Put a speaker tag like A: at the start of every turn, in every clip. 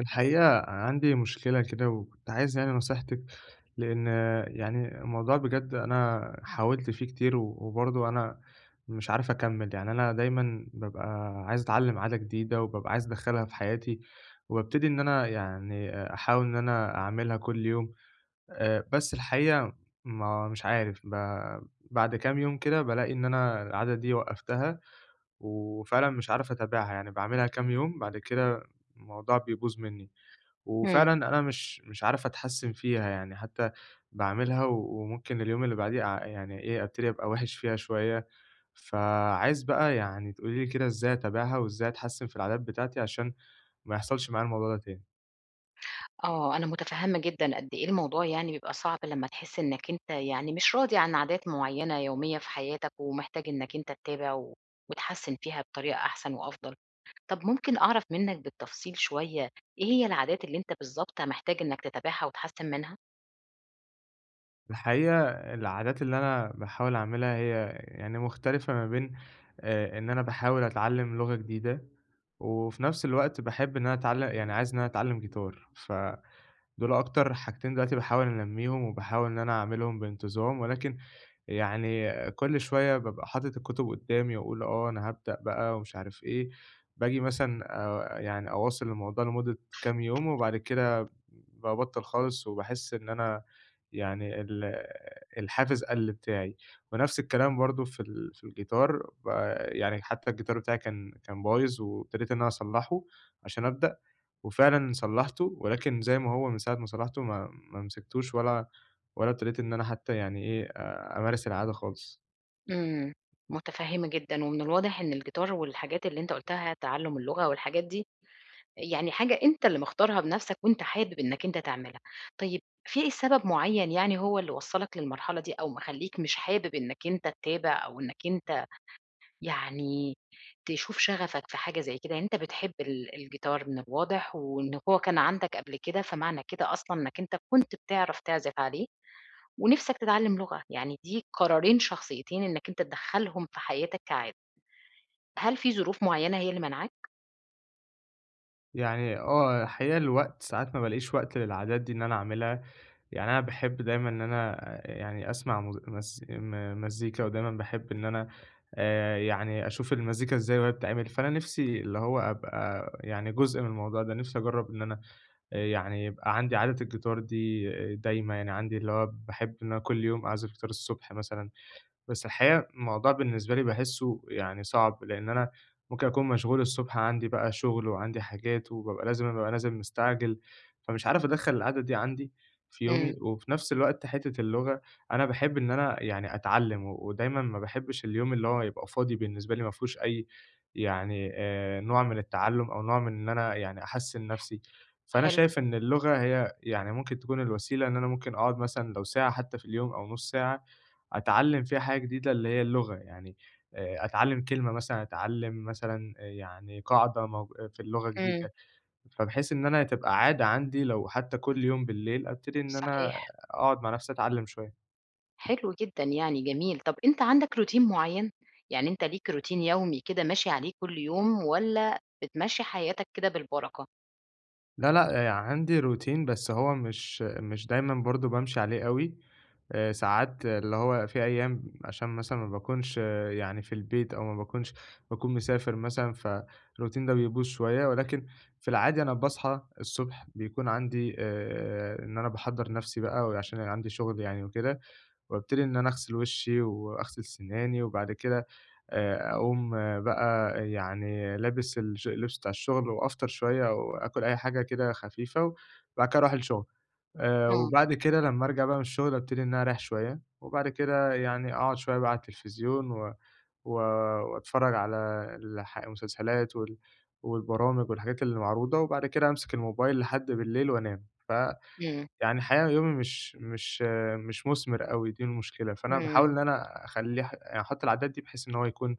A: الحقيقة عندي مشكلة كده، وكنت عايز يعني نصيحتِك، لإن يعني الموضوع بجد أنا حاولت فيه كتير، و وبرضه أنا مش عارف أكمّل. يعني أنا دايمًا بابقى عايز أتعلّم عادة جديدة، وبابقى عايز أدخّلها في حياتي، وبابتدي إن أنا يعني أحاول إن أنا أعملها كل يوم. بس الحقيقة ما مش عارف بعد كام يوم كده بالاقي إن أنا العادة دي وقّفتها، وفعلًا مش عارف أتابعها. يعني باعملها كام يوم، بعد كده الموضوع بيبوظ منّي.
B: إمم.
A: وفعلًا أنا مش عارف أتحسّن فيها، يعني حتّى باعملها، وممكن اليوم اللي بعديه يعني إيه، أبتدي أبقى وِحِش فيها شوية. فعايز بقى يعني تقولي لي كده إزاي أتابعها، وإزاي أتحسّن في العادات بتاعتي، عشان ما يحصلش معايا الموضوع ده تاني؟
B: آه، أنا مُتفهّمة جدًا قد إيه الموضوع يعني بيبقى صعب لمّا تحس إنّك أنت يعني مش راضي عن عادات معيّنة يومية في حياتك ومحتاج إنّك أنت تتابع و وتحسّن فيها بطريقة أحسن وأفضل. طَب ممكن أعرف منّك بالتفصيل شوية إيه هي العادات اللي أنت بالضبط محتاج إنّك تتابعها وتحسّن منها؟
A: الحقيقة العادات اللي أنا باحاول أعملها هي يعني مختلفة ما بين إن أنا باحاول أتعلّم لغة جديدة، وفي نَفْس الوقت باحب إن أنا يعني عايز إن أنا أتعلّم جيتار. دول أكتر حاجتين دلوقتي باحاول أنمّيهم، وباحاول إن أنا أعملهم بانتظام. ولكن يعني كل شوية بابقى حاطط الكتب قدّامي، وأقول آه أنا هابدأ بقى، ومش عارف إيه. باجي مثلًا يعني أواصل الموضوع لمدة كام يوم، وبعد كده بابطّل خالص، وباحس إن أنا يعني الحافز قَل بتاعي. ونفس الكلام برضه في الجيتار. يعني حتى الجيتار بتاعي كان بايظ، وابتديت إن أنا أصلّحه عشان أبدأ. وفعلًا صلّحته، ولكن زي ما هو من ساعة ما صلّحته ما مسكتوش، ولا ابتديت إن أنا حتى يعني إيه، أمارس العادة خالص.
B: إمم، مُتفهّمة جدًا ومن الواضح إن الجيتار والحاجات اللي أنت قُلتها، تعلُّم اللغة والحاجات دي يعني حاجة أنت اللي مختارها بنفسك وأنت حابب إنك أنت تعملها. طيب في إيه سبب معيّن يعني هو اللي وصّلك للمرحلة دي أو مخلّيك مش حابب إنك أنت تتابع أو إنك أنت يعني تشوف شغفك في حاجة زي كده؟ يعني أنت بتحب الجيتار من الواضح وإن هو كان عندك قبل كده، فمعنى كده أصلًا إنك أنت كنت بتعرف تعزف عليه ونِفْسك تتعلّم لغة. يعني دي قرارين شخصيتين إنك أنت تدخّلهم في حياتك كعادة. هل في ظروف معيّنة هي اللي مانعاك؟
A: يعني آه، الحقيقة الوقت ساعات ما بالاقيش وقت للعادات دي إن أنا أعملها. يعني أنا باحب دايمًا إن أنا يعني أسمع مز مز م مزيكا، ودايمًا باحب إن أنا يعني أشوف المزيكا إزاي وهي بتتعمل. فأنا نِفْسي اللي هو أبقى يعني جزء من الموضوع ده، نِفْسي أجرّب إن أنا يعني يبقى عندي عادة الجيتار دي دايمة. يعني عندي اللي هو باحب إن أنا كل يوم أعزف جيتار الصبح مثلًا. بس الحقيقة الموضوع بالنسبة لي باحسّه يعني صعب، لإن أنا ممكن أكون مشغول الصبح، عندي بقى شغل وعندي حاجات، وبابقى لازم أبقى نازل مستعجل، فمش عارف أدخّل العادة دي عندي في
B: إمم،
A: يومي. وفي نفس الوقت حتّة اللغة أنا باحب إن أنا يعني أتعلّم، و ودايمًا ما باحبش اليوم اللي هو يبقى فاضي بالنسبة لي ما فيهوش أي يعني نوع من التعلُّم، أو نوع من إن أنا يعني أحسّن نفسي. فأنا
B: حلو.
A: شايف إن اللغة هي يعني ممكن تكون الوسيلة، إن أنا ممكن أقعد مثلًا لو ساعة حتّى في اليوم، أو نُص ساعة أتعلّم فيها حاجة جديدة اللي هي اللغة. يعني أتعلّم كلمة مثلًا، أتعلّم مثلًا يعني قاعدة في اللغة
B: إمم،
A: جديدة. فبحيث إن أنا تبقى عادة عندي لو حتى كل يوم بالليل أبتدي إن
B: صحيح.
A: أنا أقعد مع نفسي أتعلّم شوية.
B: حلو جدًا يعني جميل. طب أنت عندك روتين معيّن؟ يعني أنت ليك روتين يومي كده ماشي عليه كل يوم والّا بتمشّي حياتك كده بالبركة؟
A: لا، لأ، عندي روتين، بس هو مش دايمًا برضه بامشي عليه أوي. ساعات اللي هو في أيام عشان مثلًا ما باكونش يعني في البيت، أو ما باكونش باكون مسافر مثلًا، فالروتين ده بيبوظ شوية. ولكن في العادي أنا باصحى الصبح بيكون عندي إن أنا باحضّر نَفْسي بقى، وعشان عندي شغل يعني وكده، وابتدي إن أنا أغسل وشي وأغسل سناني. وبعد كده أقوم بقى يعني لابس اللبس بتاع الشغل، وأفطر شوية أو آكل أي حاجة كده خفيفة، وبعد كده أروح الشغل.
B: إمم،
A: وبعد كده لمّا أرجع بقى من الشغل، أبتدي إن أنا أريّح شوية. وبعد كده يعني أقعد شوية بقى على التلفزيون، و و وأتفرّج على المسلسلات والبرامج والحاجات اللي معروضة. وبعد كده أمسك الموبايل لحد بالليل وأنام.
B: إمم،
A: يعني الحقيقة يومي مش مُثمِر أوي، دي المشكلة. فأنا باحاول
B: إمم.
A: إن أنا أخلّيه، يعني أحُط العادات دي بحيث إن هو يكون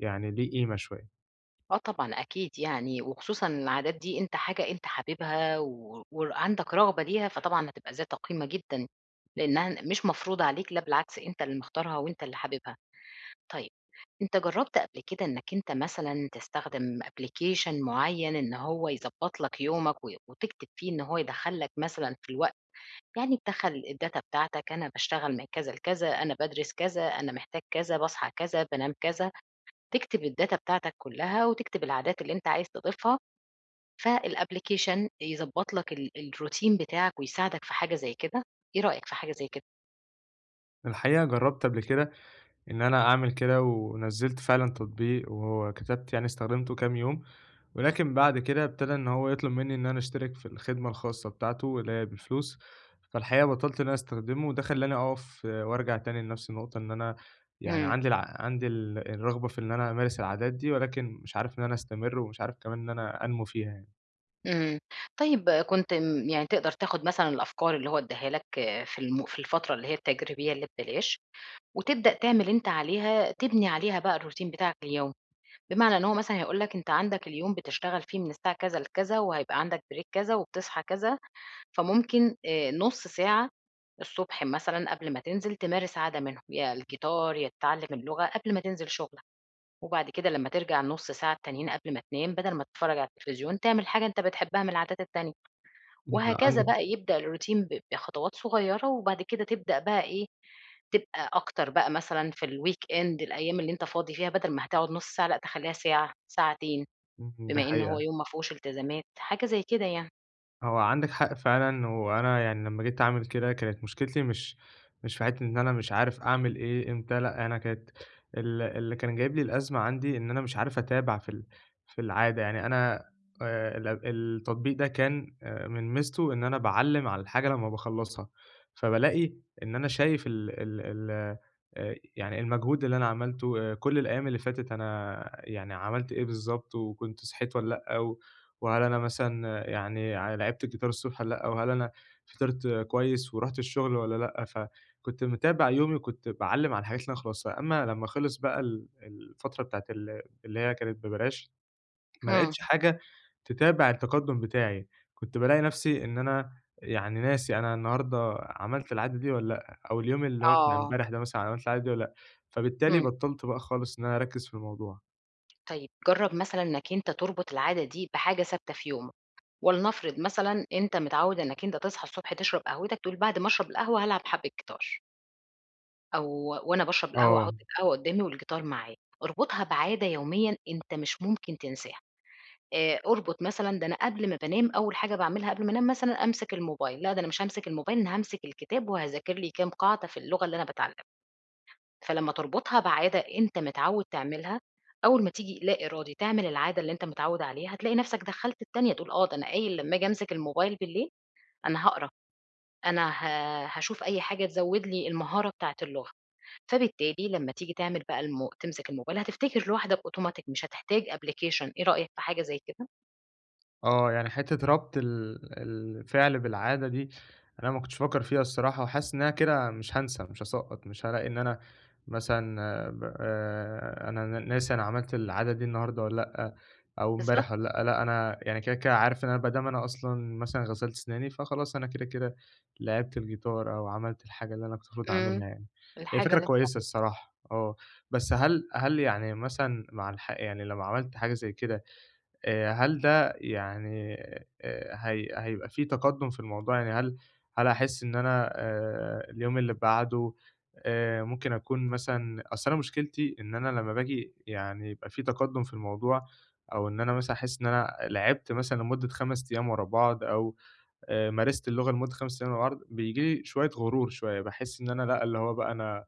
A: يعني ليه قيمة شوية.
B: آه طبعًا أكيد يعني، وخصوصًا العادات دي أنت حاجة أنت حاببها وعندك رغبة ليها، فطبعًا هتبقى ذات قيمة جدًا، لإنها مش مفروضة عليك، لا بالعكس أنت اللي مختارها وأنت اللي حاببها. طيب أنت جرّبت قبل كده إنّك أنت مثلًا تستخدم application معيّن إن هو يضبّط لك يومك و وتكتب فيه إن هو يدخّل لك مثلًا في الوقت يعني تدخّل الdata بتاعتك، أنا باشتغل من كذا لكذا، أنا بادرس كذا، أنا محتاج كذا، باصحى كذا، بانام كذا، تكتب الdata بتاعتك كلّها وتكتب العادات اللي أنت عايز تضيفها، فالapplication يضبّط لك الroutine بتاعك ويساعدك في حاجة زي كده، إيه رأيك في حاجة زي كده؟
A: الحقيقة جرّبت قبل كده إن أنا أعمل كده، ونزّلت فعلًا تطبيق، وكتبت يعني استخدمته كام يوم. ولكن بعد كده ابتدى إن هو يطلب منّي إن أنا أشترك في الخدمة الخاصة بتاعته اللي هي بالفلوس. فالحقيقة بطّلت إن أنا أستخدمه، وده خلّاني أقف وأرجع تاني لنفس النقطة، إن أنا يعني
B: إمم.
A: عندي الرغبة في إن أنا أمارس العادات دي، ولكن مش عارف إن أنا أستمر، ومش عارف كمان إن أنا أنمو فيها يعني.
B: إمم. طيب كنت م يعني تقدر تاخُد مثلًا الأفكار اللي هو ادّاها لك في الفترة اللي هي التجريبية اللي ببلاش وتبدأ تعمل أنت عليها تبني عليها بقى الروتين بتاعك اليومي، بمعنى إن هو مثلًا هيقول لك أنت عندك اليوم بتشتغل فيه من الساعة كذا لكذا وهيبقى عندك break كذا وبتصحى كذا، فممكن نُص ساعة الصبح مثلًا قبل ما تنزل تمارس عادة منهم، يا الجيتار، يا تتعلّم اللغة قبل ما تنزل شُغلك، وبعد كده لمّا ترجع النُص ساعة التانيين قبل ما تنام بدل ما تتفرّج على التلفزيون تعمل حاجة أنت بتحبها من العادات التانية.
A: إمم،
B: وهكذا
A: عندك
B: بقى يبدأ الروتين بخطوات صغيرة، وبعد كده تبدأ بقى إيه، تبقى أكتر بقى مثلًا في الweekend الأيام اللي أنت فاضي فيها بدل ما هتقعد نُص ساعة لأ تخلّيها ساعة، ساعتين،
A: إمم، دي
B: بما إن هو
A: حقيقة.
B: يوم ما فيهوش التزامات، حاجة زي كده يعني.
A: هو عندِك حق فعلًا، وأنا يعني لمّا جيت أعمل كده كانت مشكلتي مش في حتّة إن أنا مش عارف أعمل إيه إمتى. لأ، أنا كانت اللي كان جايب لي الأزمة عندي إن أنا مش عارف أتابع في العادة. يعني أنا التطبيق ده كان من ميزته إن أنا باعلّم على الحاجة لمّا باخلّصها. فبالاقي إن أنا شايف ال ال ال يعني المجهود اللي أنا عملته، كل الأيام اللي فاتت أنا يعني عملت إيه بالضبط، وكنت صحيت والّا لأ، وهل أنا مثلًا يعني لعبت الجيتار الصبح والّا لأ، وهل أنا فطرت كويس ورُحت الشغل والّا لأ. فكنت متابع يومي، وكنت باعلّم على الحاجات اللي أنا خلاصها. أمّا لمّا خلص بقى الفترة بتاعة اللي هي كانت ببلاش، ما
B: إمم،
A: لقيتش حاجة تتابع التقدُّم بتاعي. كنت بالاقي نَفْسي إن أنا يعني ناسي، أنا النهارده عملت العادة دي والّا لأ، أو اليوم اللي هو بتاع
B: آه،
A: امبارح ده مثلًا عملت العادة دي والّا لأ. فبالتالي
B: إمم.
A: بطّلت بقى خالص إن أنا أركّز في الموضوع.
B: طيب جرّب مثلًا إنك أنت تربط العادة دي بحاجة ثابتة في يومك، ولنفرض مثلًا أنت متعوّد إنك أنت تصحى الصبح تشرب قهوتك، تقول بعد ما أشرب القهوة هالعب حبّة جيتار. أو وأنا باشرب القهوة
A: آه.
B: أحُط القهوة قدّامي والجيتار معايا، اربطها بعادة يوميًا أنت مش ممكن تنساها، اربط مثلًا ده أنا قبل ما بانام أول حاجة باعملها قبل ما أنام مثلًا أمسك الموبايل، لأ ده أنا مش هامسك الموبايل، أنا هامسك الكتاب وهاذاكر لي كام قاعدة في اللغة اللي أنا باتعلمها، فلمّا تربطها بعادة أنت متعوّد تعملها، أول ما تيجي لا إرادي تعمل العادة اللي أنت متعوّد عليها، هتلاقي نَفْسك دخّلت التانية تقول آه ده أنا قايل لمّا آجي أمسك الموبايل بالليل أنا هاقرا، أنا ه هاشوف أي حاجة تزوّد لي المهارة بتاعة اللغة. فبالتالي لمّا تيجي تعمل بقى تمسك الموبايل هتفتكر لوحدك أوتوماتيك مش هتحتاج application إيه رأيك في حاجة زي كده؟
A: آه، يعني حتّة ربط الفعل بالعادة دي، أنا ما كنتش بافكّر فيها الصراحة، وحاسس إن أنا كده مش هانسى، مش هاسقّط، مش هالاقي إن أنا مثلًا آه، ب أنا ناسي أنا عملت العادة دي النهارده والّا لأ، أو
B: بالضبط.
A: امبارح والّا لأ. لأ، أنا يعني كده عارف إن أنا ما دام أنا أصلًا مثلًا غسلت سناني، فخلاص أنا كده لعبت الجيتار، أو عملت الحاجة اللي أنا كنت المفروض
B: إمم.
A: أعملها يعني. هي
B: الحاجة
A: فكرة
B: اللي أنت
A: كويسة
B: عملتها
A: الصراحة، آه. بس هل يعني مثلًا مع يعني لو عملت حاجة زي كده، هل ده يعني هي هيبقى في تقدُّم في الموضوع؟ يعني هل هاحس إن أنا اليوم اللي بعده ممكن أكون مثلًا، أصل أنا مشكلتي إن أنا لمّا باجي يعني يبقى في تقدُّم في الموضوع، أو إن أنا مثلًا أحس إن أنا لعبت مثلًا لمدة 5 أيام ورا بعض، أو مارست اللغة لمدة 5 سنين على العرض، بييجي لي شوية غرور شوية. باحس إن أنا لأ، اللي هو بقى أنا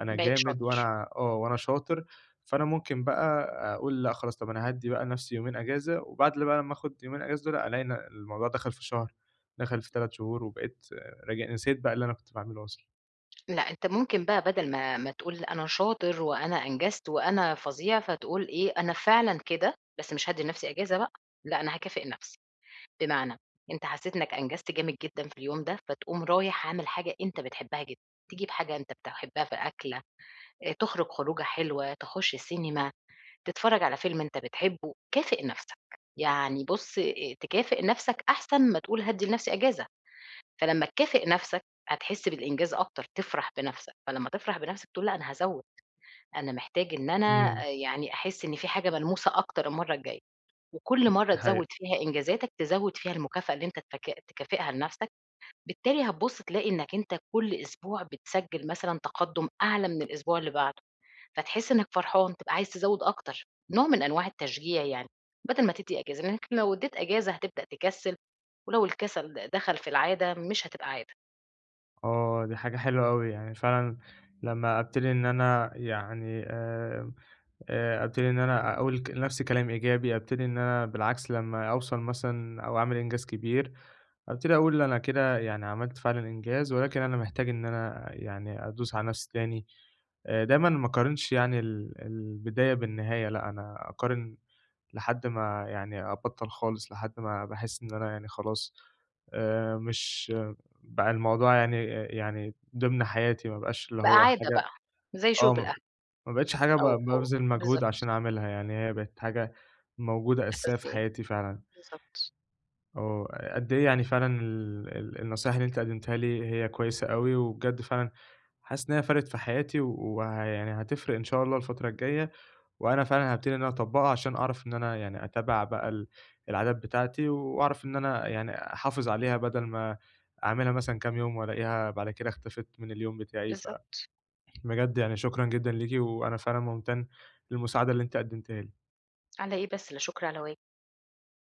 A: أنا
B: بقيت
A: جامد
B: شاطر.
A: وأنا وأنا شاطر. فأنا ممكن بقى أقول لأ خلاص، طب أنا هادّي بقى لنفسي يومين أجازة. وبعد اللي بقى لمّا آخُد يومين أجازة دول، ألاقي إن الموضوع دخل في شهر، دخل في 3 شهور، وبقيت راجع نسيت بقى اللي أنا كنت باعمله أصلًا.
B: لأ، أنت ممكن بقى بدل ما تقول أنا شاطر وأنا أنجزت وأنا فظيع، فتقول إيه، أنا فعلًا كده، بس مش هادّي لنفسي إجازة بقى، لأ أنا هاكافئ نفسي. بمعنى أنت حسيت إنك أنجزت جامد جدًا في اليوم ده، فتقوم رايح عامل حاجة أنت بتحبها جدًا، تجيب حاجة أنت بتحبها في أكلة، تخرج خروجة حلوة، تخش السينما. تتفرّج على فيلم أنت بتحبه، كافئ نَفْسك، يعني بُص تكافئ نَفْسك أحسن ما تقول هادّي لنَفْسي إجازة، فلمّا تكافئ نَفْسك هتحس بالإنجاز أكتر، تفرح بنَفْسك، فلمّا تفرح بنَفْسك تقول لأ أنا هازوّد، أنا محتاج إن أنا
A: إمم،
B: يعني أحس إن في حاجة ملموسة أكتر المَرّة الجاية، وكل
A: دي
B: مرّة تزوّد
A: حقيقة.
B: فيها إنجازاتك، تزوّد فيها المكافأة اللي أنت تكافئها لنَفْسك، بالتالي هتبُص تلاقي إنّك أنت كل أسبوع بتسجّل مثلًا تقدُّم أعلى من الأسبوع اللي بعده. فتحس إنك فرحان، تبقى عايز تزوّد أكتر، نوع من أنواع التشجيع يعني، بدل ما تدّي إجازة، لإنك لو ادّيت إجازة هتبدأ تكسّل، ولو الكسل دخل في العادة مش هتبقى عادة،
A: آه، دي حاجة حلوة أوي. يعني فعلًا لمّا أبتدي إن أنا يعني أبتدي إن أنا أقول لنفسي كلام إيجابي. أبتدي إن أنا بالعكس لمّا أوصل مثلًا أو أعمل إنجاز كبير، أبتدي أقول أنا كده يعني عملت فعلًا إنجاز، ولكن أنا محتاج إن أنا يعني أدوس على نفسي تاني. دايمًا ما اقارنش يعني البداية بالنهاية، لأ، أنا أقارن لحد ما يعني أبطّل خالص، لحد ما باحس إن أنا يعني خلاص مش بقى الموضوع يعني يعني ضمن حياتي. ما بقاش اللي
B: بقى
A: هو
B: عادة
A: حاجة
B: بقى، زي
A: آه،
B: شرب
A: ما
B: القهوة
A: ما بقتش حاجة
B: أو
A: بابذل مجهود
B: بالضبط،
A: عشان أعملها، يعني هي بقت حاجة موجودة أساسية في
B: أساسية،
A: حياتي فعلًا.
B: بالضبط،
A: آه، قد إيه يعني فعلًا ال ال النصايح اللي أنتِ قدمتيها لي هي كويسة أوي. وبجد فعلًا حاسس إن هي فرقت في حياتي، ويعني هتفرق إن شاء الله الفترة الجاية. وأنا فعلًا هابتدي إن أنا أطبّقها، عشان أعرف إن أنا يعني أتابع بقى العادات بتاعتي، وأعرف إن أنا يعني أحافظ عليها، بدل ما أعملها مثلًا كام يوم، وألاقيها بعد كده اختفت من اليوم بتاعي.
B: بالضبط،
A: بجد يعني شكرًا جدًا ليكِ، وأنا فعلًا ممتن للمساعدة اللي أنتِ قدمتيها لي.
B: على إيه بس، لا شكر على واجب.